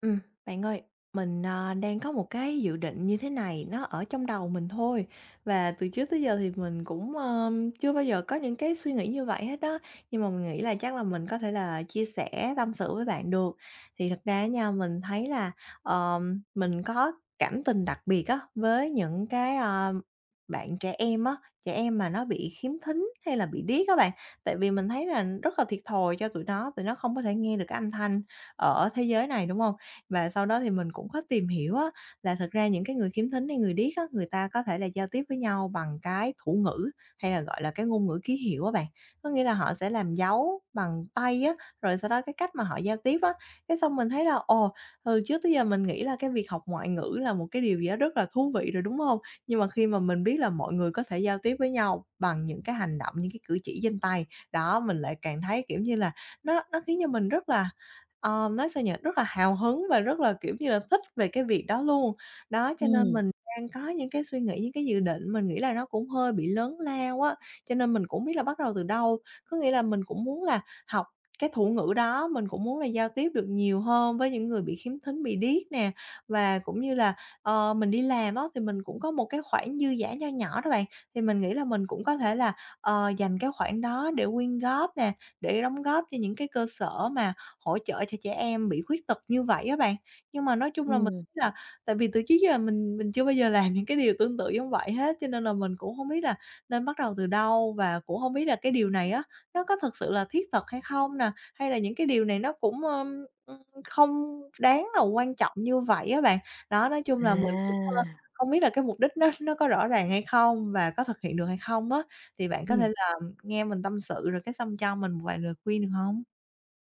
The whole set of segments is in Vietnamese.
Ừm, bạn ơi, mình, đang có một cái dự định như thế này, nó ở trong đầu mình thôi, và từ trước tới giờ thì mình cũng, chưa bao giờ có những cái suy nghĩ như vậy hết đó nhưng mà mình nghĩ là chắc là mình có thể là chia sẻ, tâm sự với bạn được. Thì thật ra nha, mình thấy là, mình có cảm tình đặc biệt á, với những cái, bạn trẻ em á, trẻ em mà nó bị khiếm thính hay là bị điếc các bạn. Tại vì mình thấy là rất là thiệt thòi cho tụi nó không có thể nghe được cái âm thanh ở thế giới này, đúng không? Và sau đó thì mình cũng có tìm hiểu á, là thật ra những cái người khiếm thính hay người điếc á, người ta có thể là giao tiếp với nhau bằng cái thủ ngữ, hay là, gọi là, cái ngôn ngữ ký hiệu á bạn. Có nghĩa là họ sẽ làm dấu bằng tay á, rồi sau đó cái cách mà họ giao tiếp á, cái xong mình thấy là, ồ, ừ, trước tới giờ mình nghĩ là cái việc học ngoại ngữ là một cái điều gì đó rất là thú vị rồi, đúng không? Nhưng mà khi mà mình biết là mọi người có thể giao tiếp với nhau bằng những cái hành động, những cái cử chỉ trên tay, đó, mình lại càng thấy, kiểu như là, nó khiến cho mình rất là Ờ, nói sao nhỉ? Rất là hào hứng và rất là, kiểu như là, thích về cái việc đó luôn. Đó, cho nên Ừ. mình đang có những cái suy nghĩ, những cái dự định mình nghĩ là nó cũng hơi bị lớn lao á, cho nên mình cũng hông biết là bắt đầu từ đâu. Có nghĩa là mình cũng muốn là học cái thủ ngữ đó, mình cũng muốn là giao tiếp được nhiều hơn với những người bị khiếm thính, bị điếc nè, và cũng như là, mình đi làm á, thì mình cũng có một cái khoản dư giả nho nhỏ đó bạn, thì mình nghĩ là mình cũng có thể là, dành cái khoản đó để quyên góp nè, để đóng góp cho những cái cơ sở mà hỗ trợ cho trẻ em bị khuyết tật như vậy á bạn. Nhưng mà nói chung là mình Ừ. nghĩ là tại vì từ trước giờ mình chưa bao giờ làm những cái điều tương tự giống vậy hết, cho nên là mình cũng không biết là nên bắt đầu từ đâu và cũng không biết là cái điều này á, nó có thực sự là thiết thực hay không nè, hay là những cái điều này nó cũng, ưm, ưm, không đáng là quan trọng như vậy á bạn. Đó, nói chung là mình cũng, À. không biết là cái mục đích nó có rõ ràng hay không và có thực hiện được hay không á, thì bạn có thể Ừ. là nghe mình tâm sự rồi cái xong cho mình một vài lời khuyên được không?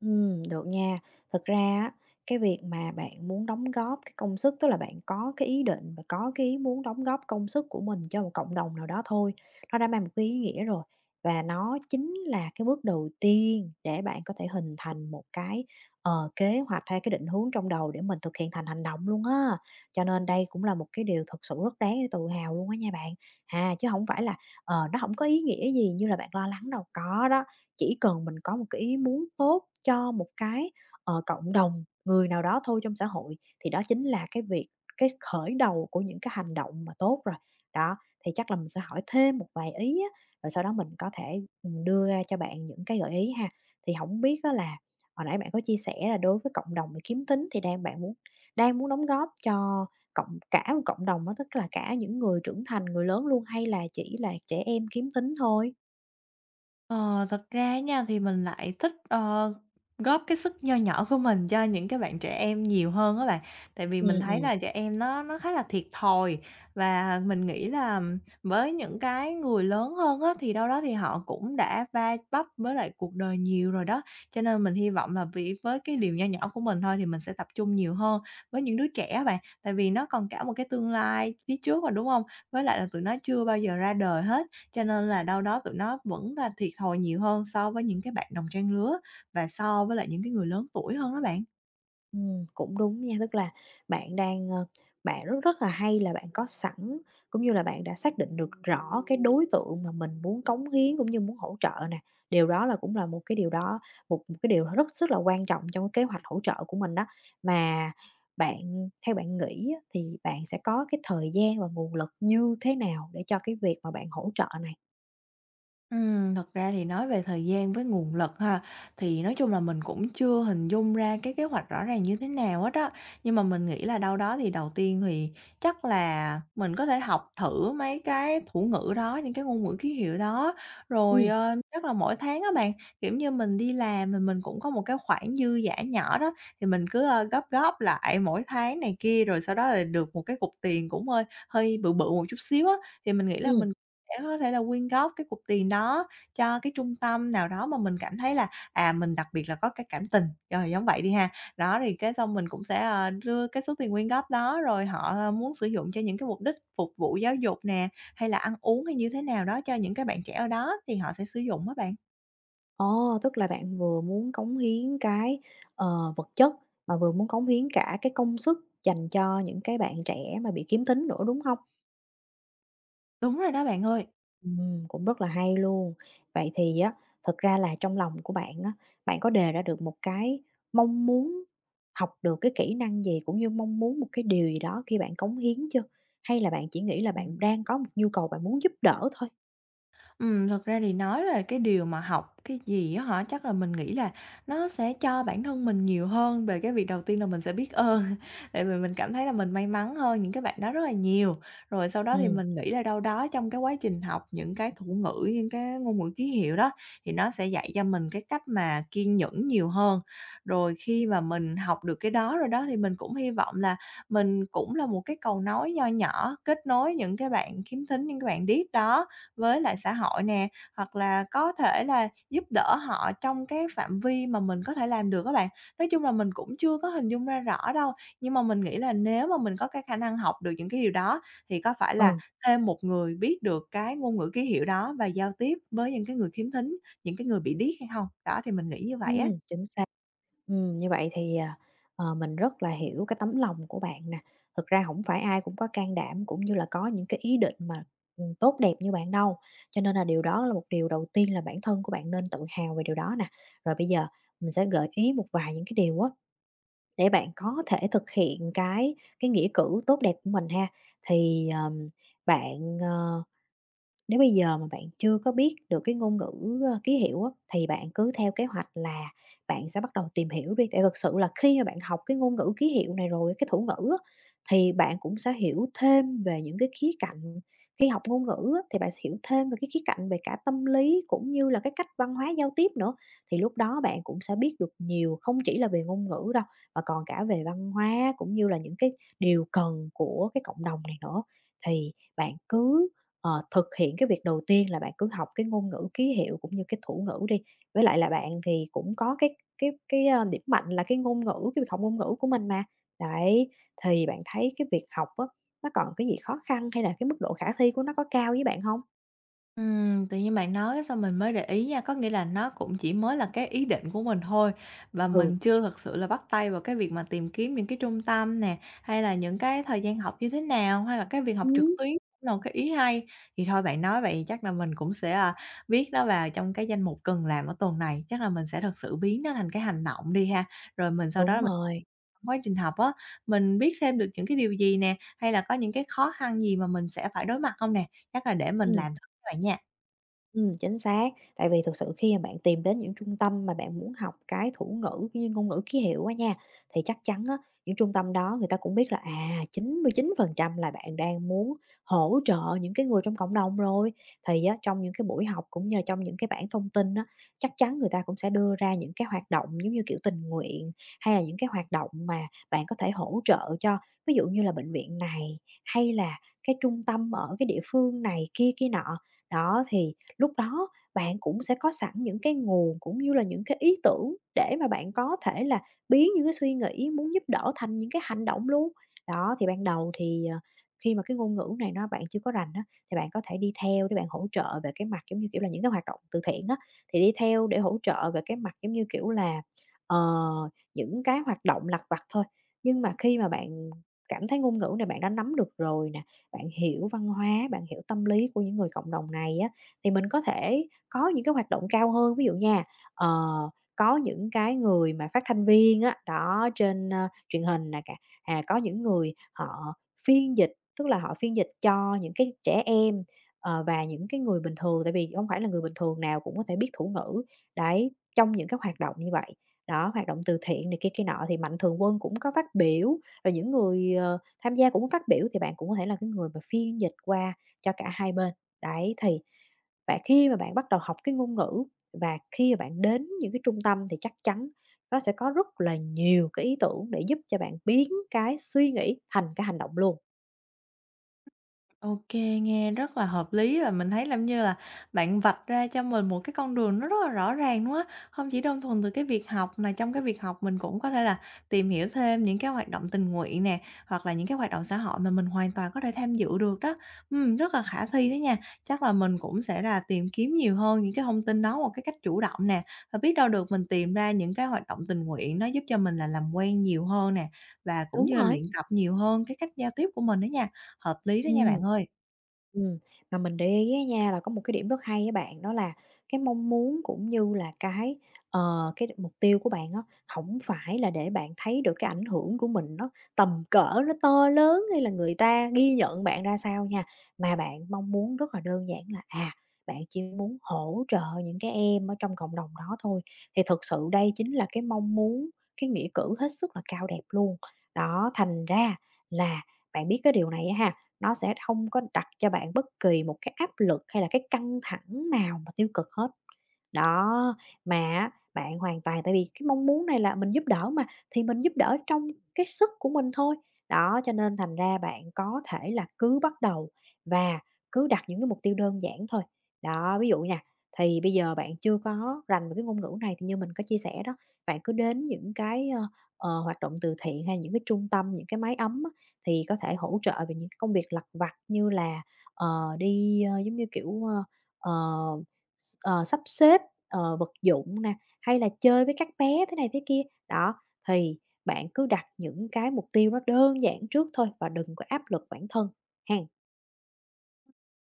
Được nha. Thực ra á, cái việc mà bạn muốn đóng góp cái công sức, tức là bạn có cái ý định và có cái ý muốn đóng góp công sức của mình cho một cộng đồng nào đó thôi, nó đã mang một cái ý nghĩa rồi. Và nó chính là cái bước đầu tiên để bạn có thể hình thành một cái kế hoạch hay cái định hướng trong đầu để mình thực hiện thành hành động luôn á. Cho nên đây cũng là một cái điều thực sự rất đáng để tự hào luôn á nha bạn, à, chứ không phải là nó không có ý nghĩa gì như là bạn lo lắng đâu, có đó. Chỉ cần mình có một cái ý muốn tốt cho một cái cộng đồng người nào đó thôi trong xã hội, thì đó chính là cái khởi đầu của những cái hành động mà tốt rồi. Đó, thì chắc là mình sẽ hỏi thêm một vài ý á, rồi sau đó mình có thể đưa ra cho bạn những cái gợi ý ha. Thì không biết á là hồi nãy bạn có chia sẻ là đối với cộng đồng về kiếm tính thì đang muốn đóng góp cho cả một cộng đồng đó, tức là cả những người trưởng thành, người lớn luôn hay là chỉ là trẻ em kiếm tính thôi? Ờ, thật ra á nha thì mình lại thích, góp cái sức nho nhỏ của mình cho những cái bạn trẻ em nhiều hơn á bạn. Tại vì mình Ừm. thấy Ừm. là trẻ em nó khá là thiệt thòi và mình nghĩ là với những cái người lớn hơn á, thì đâu đó thì họ cũng đã va vấp với lại cuộc đời nhiều rồi đó. Cho nên mình hy vọng là vì với cái điều nho nhỏ của mình thôi thì mình sẽ tập trung nhiều hơn với những đứa trẻ á bạn, tại vì nó còn cả một cái tương lai phía trước mà, đúng không? Với lại là tụi nó chưa bao giờ ra đời hết, cho nên là đâu đó tụi nó vẫn là thiệt thòi nhiều hơn so với những cái bạn đồng trang lứa và so với lại những cái người lớn tuổi hơn đó bạn. Cũng đúng nha, tức là bạn đang, ơ, bạn rất rất là hay là bạn có sẵn, cũng như là bạn đã xác định được rõ cái đối tượng mà mình muốn cống hiến cũng như muốn hỗ trợ nè. Điều đó là cũng là một cái điều đó một một cái điều rất rất là quan trọng trong cái kế hoạch hỗ trợ của mình đó. Mà theo bạn nghĩ á, thì bạn sẽ có cái thời gian và nguồn lực như thế nào để cho cái việc mà bạn hỗ trợ này? Thật ra thì nói về thời gian với nguồn lực ha, thì nói chung là mình cũng chưa hình dung ra cái kế hoạch rõ ràng như thế nào hết á. Nhưng mà mình nghĩ là đâu đó thì đầu tiên thì chắc là mình có thể học thử mấy cái thủ ngữ đó, những cái ngôn ngữ ký hiệu đó. Rồi, Ừm. Chắc là mỗi tháng á bạn, kiểu như, mình đi làm thì mình cũng có một cái khoản dư giả nhỏ đó, thì mình cứ, góp góp lại mỗi tháng này kia, rồi sau đó là được một cái cục tiền cũng hơi hơi bự bự một chút xíu á. Thì mình nghĩ là Ừm. mình sẽ có thể là quyên góp cái cục tiền đó cho cái trung tâm nào đó mà mình cảm thấy là, à, mình đặc biệt là có cái cảm tình, rồi giống vậy đi ha. Đó, thì cái xong mình cũng sẽ, đưa cái số tiền quyên góp đó, rồi họ, muốn sử dụng cho những cái mục đích phục vụ giáo dục nè, hay là ăn uống hay như thế nào đó cho những cái bạn trẻ ở đó thì họ sẽ sử dụng á bạn. Ồ, tức là bạn vừa muốn cống hiến cái vật chất mà vừa muốn cống hiến cả cái công sức dành cho những cái bạn trẻ mà bị kiếm thính nữa, đúng không? Đúng rồi đó bạn ơi. Cũng rất là hay luôn. Vậy thì á, thực ra là trong lòng của bạn á, bạn có đề ra được một cái mong muốn học được cái kỹ năng gì, cũng như mong muốn một cái điều gì đó khi bạn cống hiến chưa? Hay là bạn chỉ nghĩ là bạn đang có một nhu cầu bạn muốn giúp đỡ thôi? Thật ra thì nói về cái điều mà học cái gì á hả? Chắc là mình nghĩ là nó sẽ cho bản thân mình nhiều hơn về cái việc đầu tiên là mình sẽ biết ơn, tại vì mình cảm thấy là mình may mắn hơn những cái bạn đó rất là nhiều. Rồi sau đó thì Ừ. mình nghĩ là đâu đó trong cái quá trình học những cái thủ ngữ, những cái ngôn ngữ ký hiệu đó, thì nó sẽ dạy cho mình cái cách mà kiên nhẫn nhiều hơn. Rồi khi mà mình học được cái đó rồi đó, thì mình cũng hy vọng là mình cũng là một cái cầu nối nho nhỏ kết nối những cái bạn khiếm thính, những cái bạn điếc đó với lại xã hội nè, hoặc là có thể là giúp đỡ họ trong cái phạm vi mà mình có thể làm được các bạn. Nói chung là mình cũng chưa có hình dung ra rõ đâu, nhưng mà mình nghĩ là nếu mà mình có cái khả năng học được những cái điều đó thì có phải là Ừ. thêm một người biết được cái ngôn ngữ ký hiệu đó và giao tiếp với những cái người khiếm thính, những cái người bị điếc hay không? Đó, thì mình nghĩ như vậy á. Ừm, chính xác. Như vậy thì, mình rất là hiểu cái tấm lòng của bạn nè. Thực ra không phải ai cũng có can đảm cũng như là có những cái ý định mà tốt đẹp như bạn đâu, cho nên là điều đó là một điều đầu tiên là bản thân của bạn nên tự hào về điều đó nè. Rồi bây giờ mình sẽ gợi ý một vài những cái điều á, để bạn có thể thực hiện cái nghĩa cử tốt đẹp của mình ha. Thì, bạn, ờ nếu bây giờ mà bạn chưa có biết được cái ngôn ngữ ký hiệu á, thì bạn cứ theo kế hoạch là bạn sẽ bắt đầu tìm hiểu đi, tại thực sự là khi mà bạn học cái ngôn ngữ ký hiệu này rồi, cái thủ ngữ á, thì bạn cũng sẽ hiểu thêm về những cái khía cạnh khi học ngôn ngữ á, thì bạn sẽ hiểu thêm về cái khía cạnh về cả tâm lý cũng như là cái cách văn hóa giao tiếp nữa. Thì lúc đó bạn cũng sẽ biết được nhiều, không chỉ là về ngôn ngữ đâu, mà còn cả về văn hóa cũng như là những cái điều cần của cái cộng đồng này nữa. Thì bạn cứ thực hiện cái việc đầu tiên là bạn cứ học cái ngôn ngữ ký hiệu cũng như cái thủ ngữ đi. Với lại là bạn thì cũng có cái điểm mạnh là cái ngôn ngữ, cái việc học ngôn ngữ của mình mà. Đấy, thì bạn thấy cái việc học á, nó còn cái gì khó khăn hay là cái mức độ khả thi của nó có cao với bạn không? Tự nhiên bạn nói xong mình mới để ý nha, có nghĩa là nó cũng chỉ mới là cái ý định của mình thôi và Ừ. mình chưa thật sự là bắt tay vào cái việc mà tìm kiếm những cái trung tâm nè, hay là những cái thời gian học như thế nào, hay là cái việc học trực Ừm. tuyến cũng là một cái ý hay. Thì thôi bạn nói vậy chắc là mình cũng sẽ, à, viết nó vào trong cái danh mục cần làm ở tuần này, chắc là mình sẽ thật sự biến nó thành cái hành động đi ha. Rồi mình sau đó là Đúng mình rồi. trong quá trình học á, mình biết thêm được những cái điều gì nè, hay là có những cái khó khăn gì mà mình sẽ phải đối mặt không nè? Chắc là để mình Ừm. làm thử nha bạn nha. Chính xác. Tại vì thực sự khi mà bạn tìm đến những trung tâm mà bạn muốn học cái thủ ngữ cũng như ngôn ngữ ký hiệu á nha, thì chắc chắn á, những trung tâm đó người ta cũng biết là, à, 99% là bạn đang muốn hỗ trợ những cái người trong cộng đồng rồi. Thì á, trong những cái buổi học cũng như là trong những cái bản thông tin á, chắc chắn người ta cũng sẽ đưa ra những cái hoạt động giống như, kiểu, tình nguyện, hay là những cái hoạt động mà bạn có thể hỗ trợ cho, ví dụ như là bệnh viện này, hay là cái trung tâm ở cái địa phương này kia kia nọ. Đó, thì lúc đó bạn cũng sẽ có sẵn những cái nguồn cũng như là những cái ý tưởng để mà bạn có thể là biến những cái suy nghĩ muốn giúp đỡ thành những cái hành động luôn. Đó, thì ban đầu thì, khi mà cái ngôn ngữ này nó bạn chưa có rành á, thì bạn có thể đi theo để bạn hỗ trợ về cái mặt, giống như kiểu là, những cái hoạt động từ thiện á, thì đi theo để hỗ trợ về cái mặt, giống như kiểu là, ờ, những cái hoạt động lặt vặt thôi. Nhưng mà khi mà bạn cảm thấy ngôn ngữ này bạn đã nắm được rồi nè, bạn hiểu văn hóa, bạn hiểu tâm lý của những người cộng đồng này á, thì mình có thể có những cái hoạt động cao hơn, ví dụ nha, ờ, có những cái người mà phát thanh viên á, đó, trên truyền hình nè cả, à, có những người họ phiên dịch, tức là họ phiên dịch cho những cái trẻ em, và những cái người bình thường, tại vì không phải là người bình thường nào cũng có thể biết thủ ngữ. Đấy, trong những cái hoạt động như vậy, đó, hoạt động từ thiện này kia kia nọ thì Mạnh Thường Quân cũng có phát biểu, rồi những người tham gia cũng có phát biểu thì bạn cũng có thể là cái người mà phiên dịch qua cho cả hai bên. Đấy, và khi mà bạn bắt đầu học cái ngôn ngữ và khi mà bạn đến những cái trung tâm thì chắc chắn nó sẽ có rất là nhiều cái ý tưởng để giúp cho bạn biến cái suy nghĩ thành cái hành động luôn. OK, nghe rất là hợp lý và mình thấy làm như là, bạn vạch ra cho mình một cái con đường nó rất là rõ ràng luôn á. Hông chỉ đơn thuần từ cái việc học mà trong cái việc học mình cũng có thể là tìm hiểu thêm những cái hoạt động tình nguyện nè, hoặc là những cái hoạt động xã hội mà mình hoàn toàn có thể tham dự được đó. Rất là khả thi đó nha. Chắc là mình cũng sẽ là tìm kiếm nhiều hơn những cái thông tin đó một cái cách chủ động nè, và biết đâu được mình tìm ra những cái hoạt động tình nguyện nó giúp cho mình là làm quen nhiều hơn nè, và cũng Đúng như là rồi. luyện tập nhiều hơn cái cách giao tiếp của mình đó nha. Hợp lý đó nha bạn Ừm. ơi. Ừm, mà mình để ý á nha là có một cái điểm rất hay với bạn, đó là cái mong muốn cũng như là cái mục tiêu của bạn á, không phải là để bạn thấy được cái ảnh hưởng của mình nó tầm cỡ, nó to lớn hay là người ta ghi nhận bạn ra sao nha, mà bạn mong muốn rất là đơn giản là, à, bạn chỉ muốn hỗ trợ những cái em ở trong cộng đồng đó thôi. Thì thực sự đây chính là cái mong muốn, cái nghĩa cử hết sức là cao đẹp luôn. Đó, thành ra là bạn biết cái điều này á ha, nó sẽ không có đặt cho bạn bất kỳ một cái áp lực hay là cái căng thẳng nào mà tiêu cực hết. Đó, mà á bạn hoàn toàn tại vì cái mong muốn này là mình giúp đỡ mà, thì mình giúp đỡ trong cái sức của mình thôi. Đó, cho nên thành ra bạn có thể là cứ bắt đầu và cứ đặt những cái mục tiêu đơn giản thôi. Đó, ví dụ nha, thì bây giờ bạn chưa có rành về cái ngôn ngữ này thì như mình có chia sẻ đó, bạn cứ đến những hoạt động từ thiện hay những cái trung tâm, những cái máy ấm á, thì có thể hỗ trợ về những cái công việc lặt vặt như là, ờ, giống như, kiểu, ơ, ờ, s ờ, sắp xếp, vật dụng nè, hay là chơi với các bé thế này thế kia. Đó, thì bạn cứ đặt những cái mục tiêu nó đơn giản trước thôi và đừng có áp lực bản thân hén.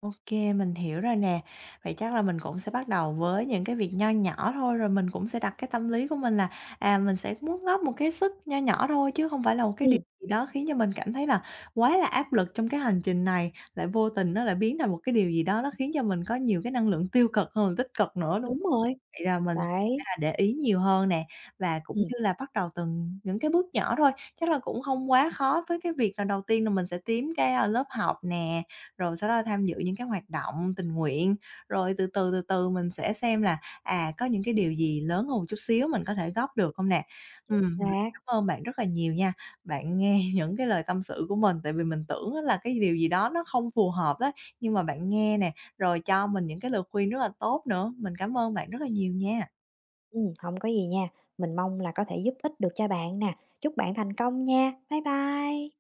Ok, mình hiểu rồi nè. Vậy chắc là mình cũng sẽ bắt đầu với những cái việc nho nhỏ thôi, rồi mình cũng sẽ đặt cái tâm lý của mình là, à, mình sẽ muốn góp một cái sức nho nhỏ thôi, chứ không phải là một cái điều Ừm, gì đó khiến cho mình cảm thấy là quá là áp lực trong cái hành trình này, lại vô tình nó lại biến thành một cái điều gì đó nó khiến cho mình có nhiều cái năng lượng tiêu cực hơn là tích cực nữa, đúng? đúng rồi, Vậy là mình sẽ đấy, là để ý nhiều hơn nè, và cũng ừm, như là bắt đầu từng những cái bước nhỏ thôi, chắc là cũng không quá khó với cái việc là đầu tiên là mình sẽ tím cái, a, lớp học nè, rồi sau đó là tham dự những cái hoạt động tình nguyện, rồi từ từ, từ từ mình sẽ xem là, à, có những cái điều gì lớn hơn một chút xíu mình có thể góp được không nè. Chính Mình xác. cảm ơn bạn rất là nhiều nha, bạn nghe những cái lời tâm sự của mình, tại vì mình tưởng á là cái điều gì đó nó không phù hợp á, nhưng mà bạn nghe nè, rồi cho mình những cái lời khuyên rất là tốt nữa. Mình cảm ơn bạn rất là nhiều nha. Hông có gì nha, mình mong là có thể giúp ích được cho bạn nè. Chúc bạn thành công nha. Bye bye.